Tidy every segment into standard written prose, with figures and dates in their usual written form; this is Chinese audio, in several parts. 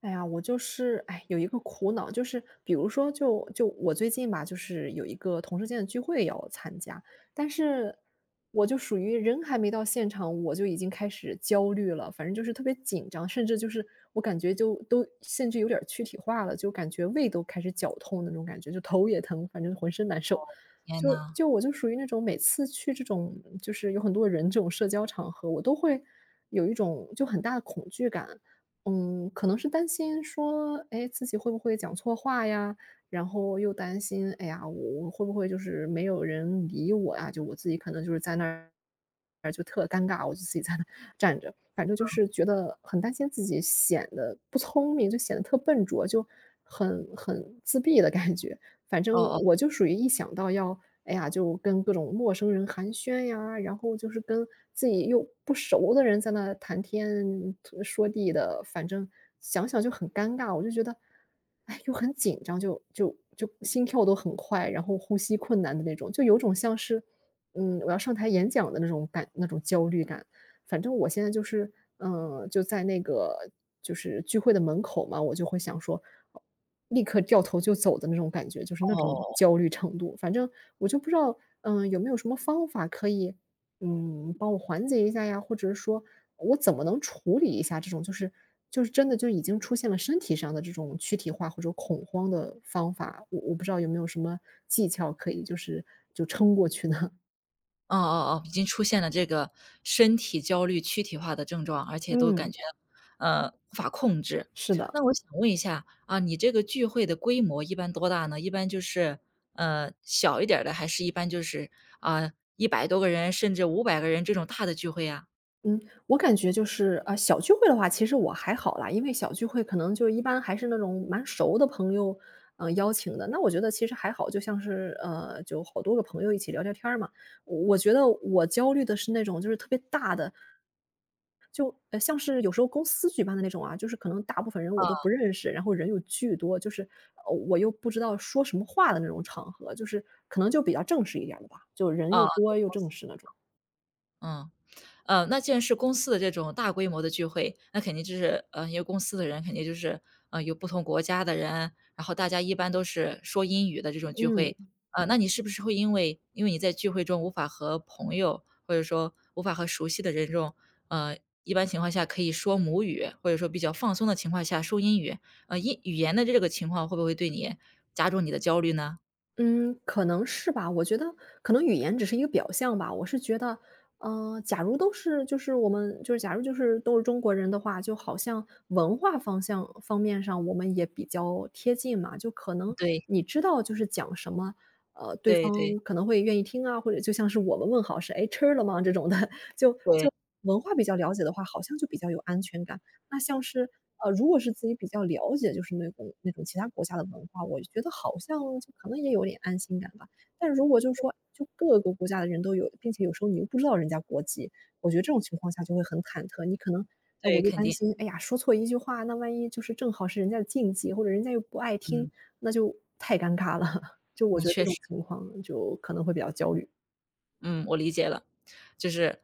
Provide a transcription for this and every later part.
哎呀，我就是哎，有一个苦恼，就是比如说就我最近吧，就是有一个同事间的聚会要参加，但是我就属于人还没到现场，我就已经开始焦虑了，反正就是特别紧张，甚至就是我感觉甚至有点儿躯体化了，就感觉胃都开始绞痛那种感觉，就头也疼，反正浑身难受。天呐，我就属于那种每次去这种就是有很多人这种社交场合，我都会有一种就很大的恐惧感，嗯，可能是担心说，哎，自己会不会讲错话呀？然后又担心，哎呀，我会不会就是没有人理我呀？就我自己可能就是在那儿就特尴尬，我就自己在那站着，反正就是觉得很担心自己显得不聪明，就显得特笨拙，就很自闭的感觉。反哦正哦我就属于一想到要，哎呀，就跟各种陌生人寒暄呀，然后就是跟自己又不熟的人在那谈天说地的，反正想想就很尴尬。我就觉得，哎，又很紧张，就就就心跳都很快，然后呼吸困难的那种，就有种像是，嗯，我要上台演讲的那种焦虑感。反正我现在就是，嗯，就在那个就是聚会的门口嘛，我就会想说，哦立刻掉头就走的那种感觉，就是那种哦，焦虑程度。反正我就不知道，嗯，有没有什么方法可以，嗯，帮我缓解一下呀？或者是说我怎么能处理一下这种，就是真的就已经出现了身体上的这种躯体化或者恐慌的方法，我不知道有没有什么技巧可以就是就撑过去呢？哦，已经出现了这个身体焦虑躯体化的症状，而 且都感嗯，觉，无法控制。是的。那我想问一下，啊，你这个聚会的规模一般多大呢？一般就是，小一点儿的，还是一般就是，啊100多个人，甚至500个人这种大的聚会呀？嗯，我感觉就是啊，小聚会的话，其实我还好啦，因为小聚会可能就一般还是那种蛮熟的朋友，邀请的。那我觉得其实还好，就像是，就好多个朋友一起聊聊天儿嘛。我觉得我焦虑的是那种就是特别大的，像是有时候公司举办的那种啊，就是可能大部分人我都不认识，然后人又巨多，就是我又不知道说什么话的那种场合，就是可能就比较正式一点儿的吧，就人又啊，多又正式那种。嗯。那既然是公司的这种大规模的聚会，那肯定就是，因为公司的人肯定就是，有不同国家的人，然后大家一般都是说英语的这种聚嗯。会。那你是不是会因为你在聚会中无法和朋友，或者说无法和熟悉的人这种，呃，一般情况下可以说母语，或者说比较放松的情况下说英语，英语言的这个情况会不会对你加重你的焦虑呢？嗯，可能是吧。我觉得可能语言只是一个表象吧。我是觉得，假如都是就是我们就是假如就是都是中国人的话，就好像文化方面上我们也比较贴近嘛。就可能对，你知道就是讲什么，对对对方可能会愿意听啊，或者就像是我们问好是"哎，吃了吗？"这种的，就对就文化比较了解的话，好像就比较有安全感。那像是，如果是自己比较了解，就是那种其他国家的文化，我觉得好像就可能也有点安心感吧。但如果就是说，就各个国家的人都有，并且有时候你又不知道人家国籍，我觉得这种情况下就会很忐忑。你可能，哎，对，我就肯担定，心，哎呀，说错一句话，那万一就是正好是人家的禁忌，或者人家又不爱听，嗯，那就太尴尬了。就我那觉得这确种实，情况就可能会比较焦虑。嗯，我理解了。就是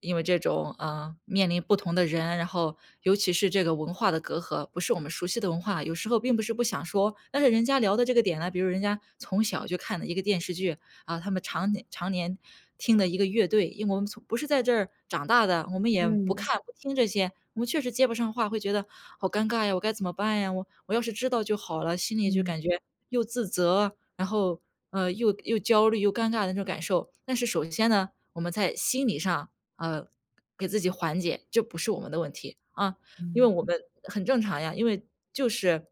因为这种，面临不同的人，然后尤其是这个文化的隔阂，不是我们熟悉的文化，有时候并不是不想说，但是人家聊的这个点呢，比如人家从小就看的一个电视剧，啊，他们常年听的一个乐队。因为我们从不是在这儿长大的，我们也不嗯，看不听这些，我们确实接不上话，会觉得好尴尬呀，我该怎么办呀？我要是知道就好了，心里就嗯，感觉又自责，然后，又焦虑又尴尬的那种感受。但是首先呢，我们在心理上，呃，给自己缓解，这不是我们的问题，啊，因为我们很正常呀，因为就是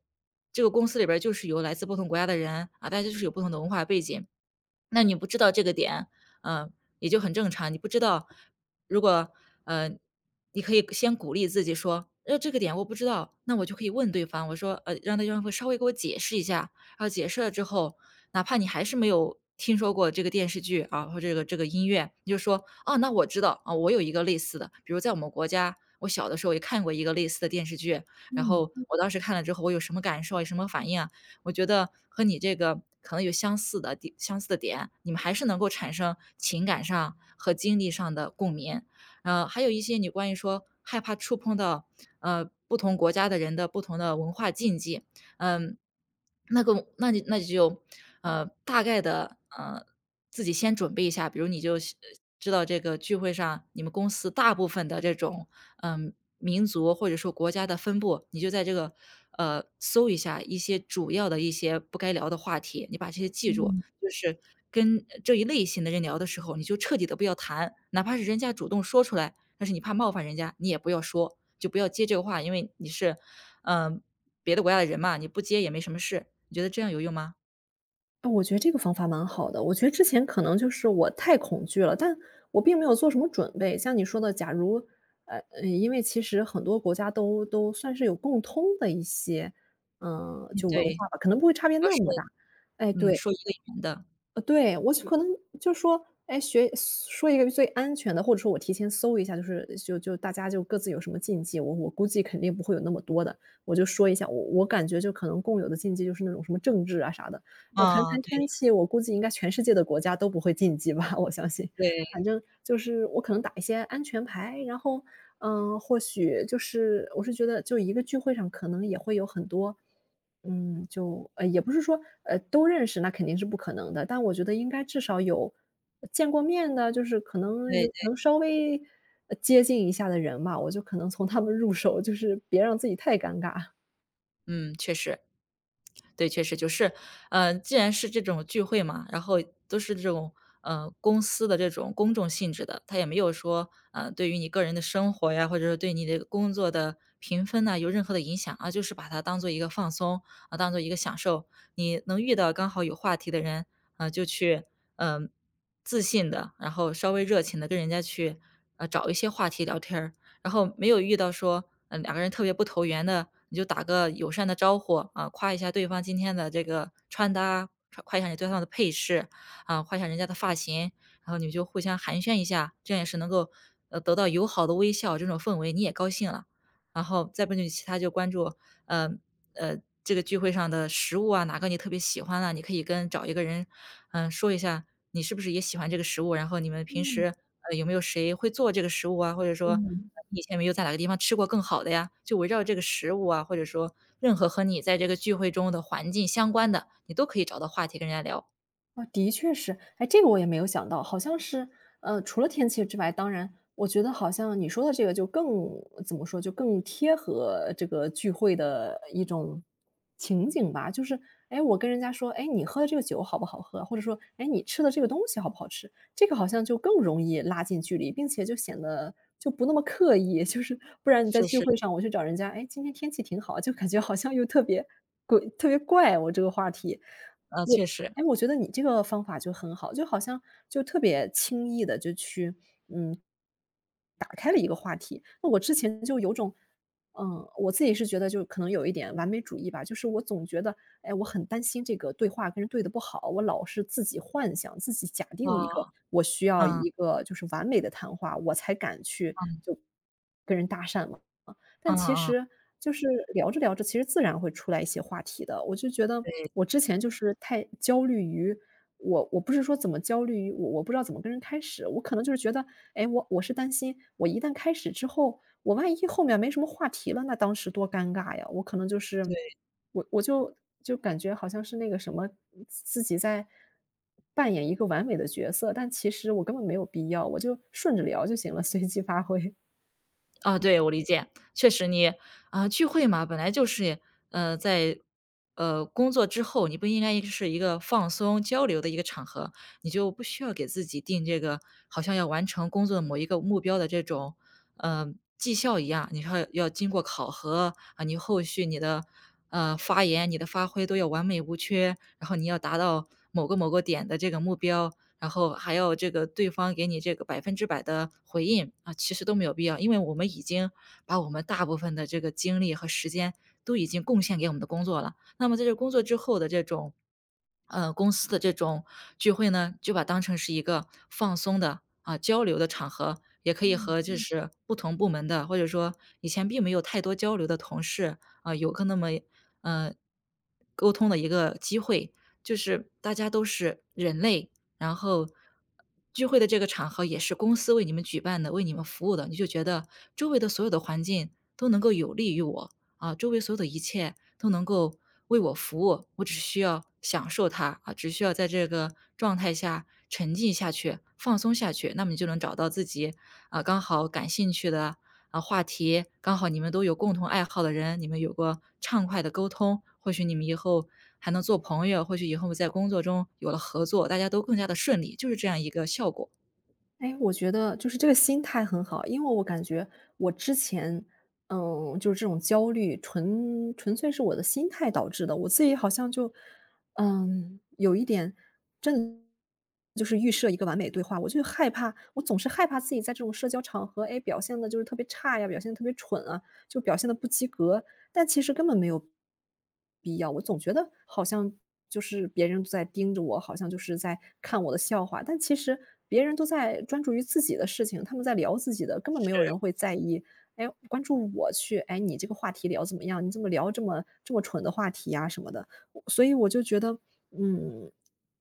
这个公司里边儿就是有来自不同国家的人，啊，大家就是有不同的文化背景。那你不知道这个点，嗯，也就很正常。你不知道，如果呃，你可以先鼓励自己说，这个点我不知道，那我就可以问对方，我说，让对方会稍微给我解释一下。然后解释了之后，哪怕你还是没有听说过这个电视剧啊，或者这个音乐，你就说，哦，那我知道啊，我有一个类似的，比如在我们国家。我小的时候也看过一个类似的电视剧，然嗯，后我当时看了之后，我有什么感受，有什么反应啊？我觉得和你这个可能有相似的点，你们还是能够产生情感上和经历上的共鸣。还有一些你关于说害怕触碰到，不同国家的人的不同的文化禁忌，嗯，那你就,大概的，自己先准备一下，比如你就知道这个聚会上，你们公司大部分的这种嗯，民族或者说国家的分布，你就在这个搜一下一些主要的一些不该聊的话题，你把这些记住。嗯。就是跟这一类型的人聊的时候，你就彻底的不要谈，哪怕是人家主动说出来，但是你怕冒犯人家，你也不要说，就不要接这个话，因为你是，嗯呃别的国家的人嘛，你不接也没什么事，你觉得这样有用吗？我觉得这个方法蛮好的。我觉得之前可能就是我太恐惧了，但我并没有做什么准备。像你说的，假如，因为其实很多国家都算是有共通的一些，嗯，嗯，就文对，化吧，可能不会差别要那是么大。哎，嗯，对，说一个语言的。呃，对，我就可能就说，哎，学说一个最安全的，或者说我提前搜一下，就是大家就各自有什么禁忌，我估计肯定不会有那么多的，我就说一下，我感觉就可能共有的禁忌就是那种什么政治啊啥的，我谈啊，谈天气，我估计应该全世界的国家都不会禁忌吧，我相信。对反正就是我可能打一些安全牌，然后，嗯、或许就是我是觉得就一个聚会上可能也会有很多嗯，也不是说，都认识，那肯定是不可能的，但我觉得应该至少有见过面的，就是可能对有对，能稍微，接近一下的人吧，我就可能从他们入手，就是别让自己太尴尬。嗯，确实。对，确实就是，既然是这种聚会嘛，然后都是这种，公司的这种公众性质的，他也没有说，对于你个人的生活呀，或者是对你的工作的评分呐，有任何的影响啊，就是把它当做一个放松，啊，当做一个享受。你能遇到刚好有话题的人，啊，就去，嗯、自信的，然后稍微热情的跟人家去，找一些话题聊天儿，然后没有遇到说，嗯，两个人特别不投缘的，你就打个友善的招呼，啊，夸一下对方今天的这个穿搭，夸一下你对方的配饰，啊，夸一下人家的发型，然后你们就互相寒暄一下，这样也是能够，得到友好的微笑，这种氛围你也高兴了。然后再不就其他就关注呃呃，这个聚会上的食物啊，哪个你特别喜欢啊，你可以跟找一个人，嗯，说一下你是不是也喜欢这个食物，然后你们平时，有没有谁会做这个食物啊，或者说，嗯。你以前有没有在哪个地方吃过更好的呀？就围绕这个食物啊，或者说任何和你在这个聚会中的环境相关的，你都可以找到话题跟人家聊。啊，的确是，哎，这个我也没有想到，好像是，除了天气之外，当然，我觉得好像你说的这个就更怎么说，就更贴合这个聚会的一种情景吧。就是，哎，我跟人家说，哎，你喝的这个酒好不好喝，或者说，哎，你吃的这个东西好不好吃，这个好像就更容易拉近距离，并且就显得就不那么刻意。就是不然你在就聚是，会上，我去找人家，哎，今天天气挺好，就感觉好像又特别鬼，特别怪我这个话题，我确实，哎，我觉得你这个方法就很好，就好像就特别轻易的就去话题。那我之前就有种嗯，我自己是觉得就可能有一点完美主义吧，就是我总觉得，哎，我很担心这个对话跟人对的不好，我老是自己幻想、自己假定哦，一个嗯，就是完美的谈话，我才敢去嗯，就但嗯其嗯，实就是聊着聊着，其实自然会出来一些话题的。我就觉得对对。我之前就是太焦虑于我我不是说怎么焦虑于我不知道怎么跟人开始，我可能就是觉得，哎，我是担心我一旦开始之后，我万一后面没什么话题了，那当时多尴尬呀！我可能就是我我就就感觉好像是那个什么自己在扮演一个完美的角色，但其实我根本没有必要，我就顺着聊就行了，随机发挥。啊，对，我理解。确实你，啊，聚会嘛，本来就是，在，工作之后，你不应该是一个放松交流的一个场合，你就不需要给自己定这个好像要完成工作的某一个目标的这种，呃，绩效一样，你说要经过考核，啊，你后续你的，发言、你的发挥都要完美无缺，然后你要达到某个点的这个目标，然后还要这个对方给你这个100%的回应，啊，其实都没有必要。因为我们已经把我们大部分的这个精力和时间都已经贡献给我们的工作了，那么在这工作之后的这种，公司的这种聚会呢，就把当成是一个放松的，啊，交流的场合，也可以和就嗯是不同部门的，或者说以前并没有太多交流的同事，啊，有个那么，呃，沟通的一个机会。就是大家都是人类，然后聚会的这个场合也是公司为你们举办的，为你们服务的，你就觉得周围的所有的环境都能够有利于我啊，周围所有的一切都能够为我服务，我只需要享受它啊，只需要在这个状态下沉浸下去、放松下去，那么你就能找到自己啊刚好感兴趣的啊话题，刚好你们都有共同爱好的人，你们有过畅快的沟通，或许你们以后还能做朋友，或许以后在工作中有了合作，大家都更加的顺利，就是这样一个效果。哎，我觉得就是这个心态很好，因为我感觉我之前，嗯，就是这种焦虑，纯粹是我的心态导致的。我自己好像就，嗯，有一点真的就是预设一个完美对话，我就害怕，我总是害怕自己在这种社交场合，哎，表现的就是特别差呀，表现得特别蠢啊，就表现的不及格。但其实根本没有必要。我总觉得好像就是别人都在盯着我，好像就是在看我的笑话，但其实别人都在专注于自己的事情，他们在聊自己的，根本没有人会在意，哎，关注我去，哎，你这个话题聊怎么样？你怎么聊这么蠢的话题呀什么的？所以我就觉得，嗯，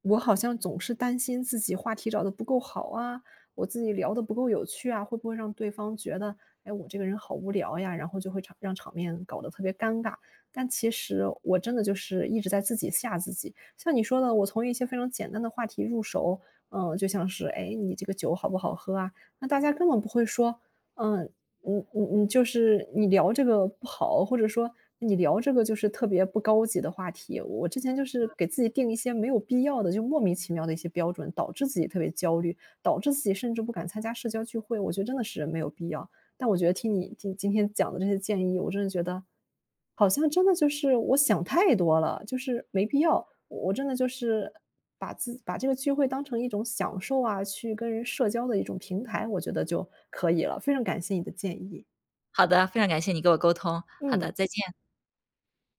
我好像总是担心自己话题找的不够好啊，我自己聊的不够有趣啊，会不会让对方觉得，哎，我这个人好无聊呀，然后就会场让场面搞得特别尴尬。但其实我真的就是一直在自己吓自己。像你说的，我从一些非常简单的话题入手，嗯，就像是哎，你这个酒好不好喝啊？那大家根本不会说，嗯，你就是你聊这个不好，或者说你聊这个就是特别不高级的话题。我之前就是给自己定一些没有必要的，就莫名其妙的一些标准，导致自己特别焦虑，导致自己甚至不敢参加社交聚会。我觉得真的是没有必要。但我觉得听你今天讲的这些建议，我真的觉得，好像真的就是我想太多了，就是没必要。我我真的就是把这个聚会当成一种享受啊，去跟人社交的一种平台，我觉得就可以了。非常感谢你的建议，好的，非常感谢你给我沟通，好嗯。的，再见。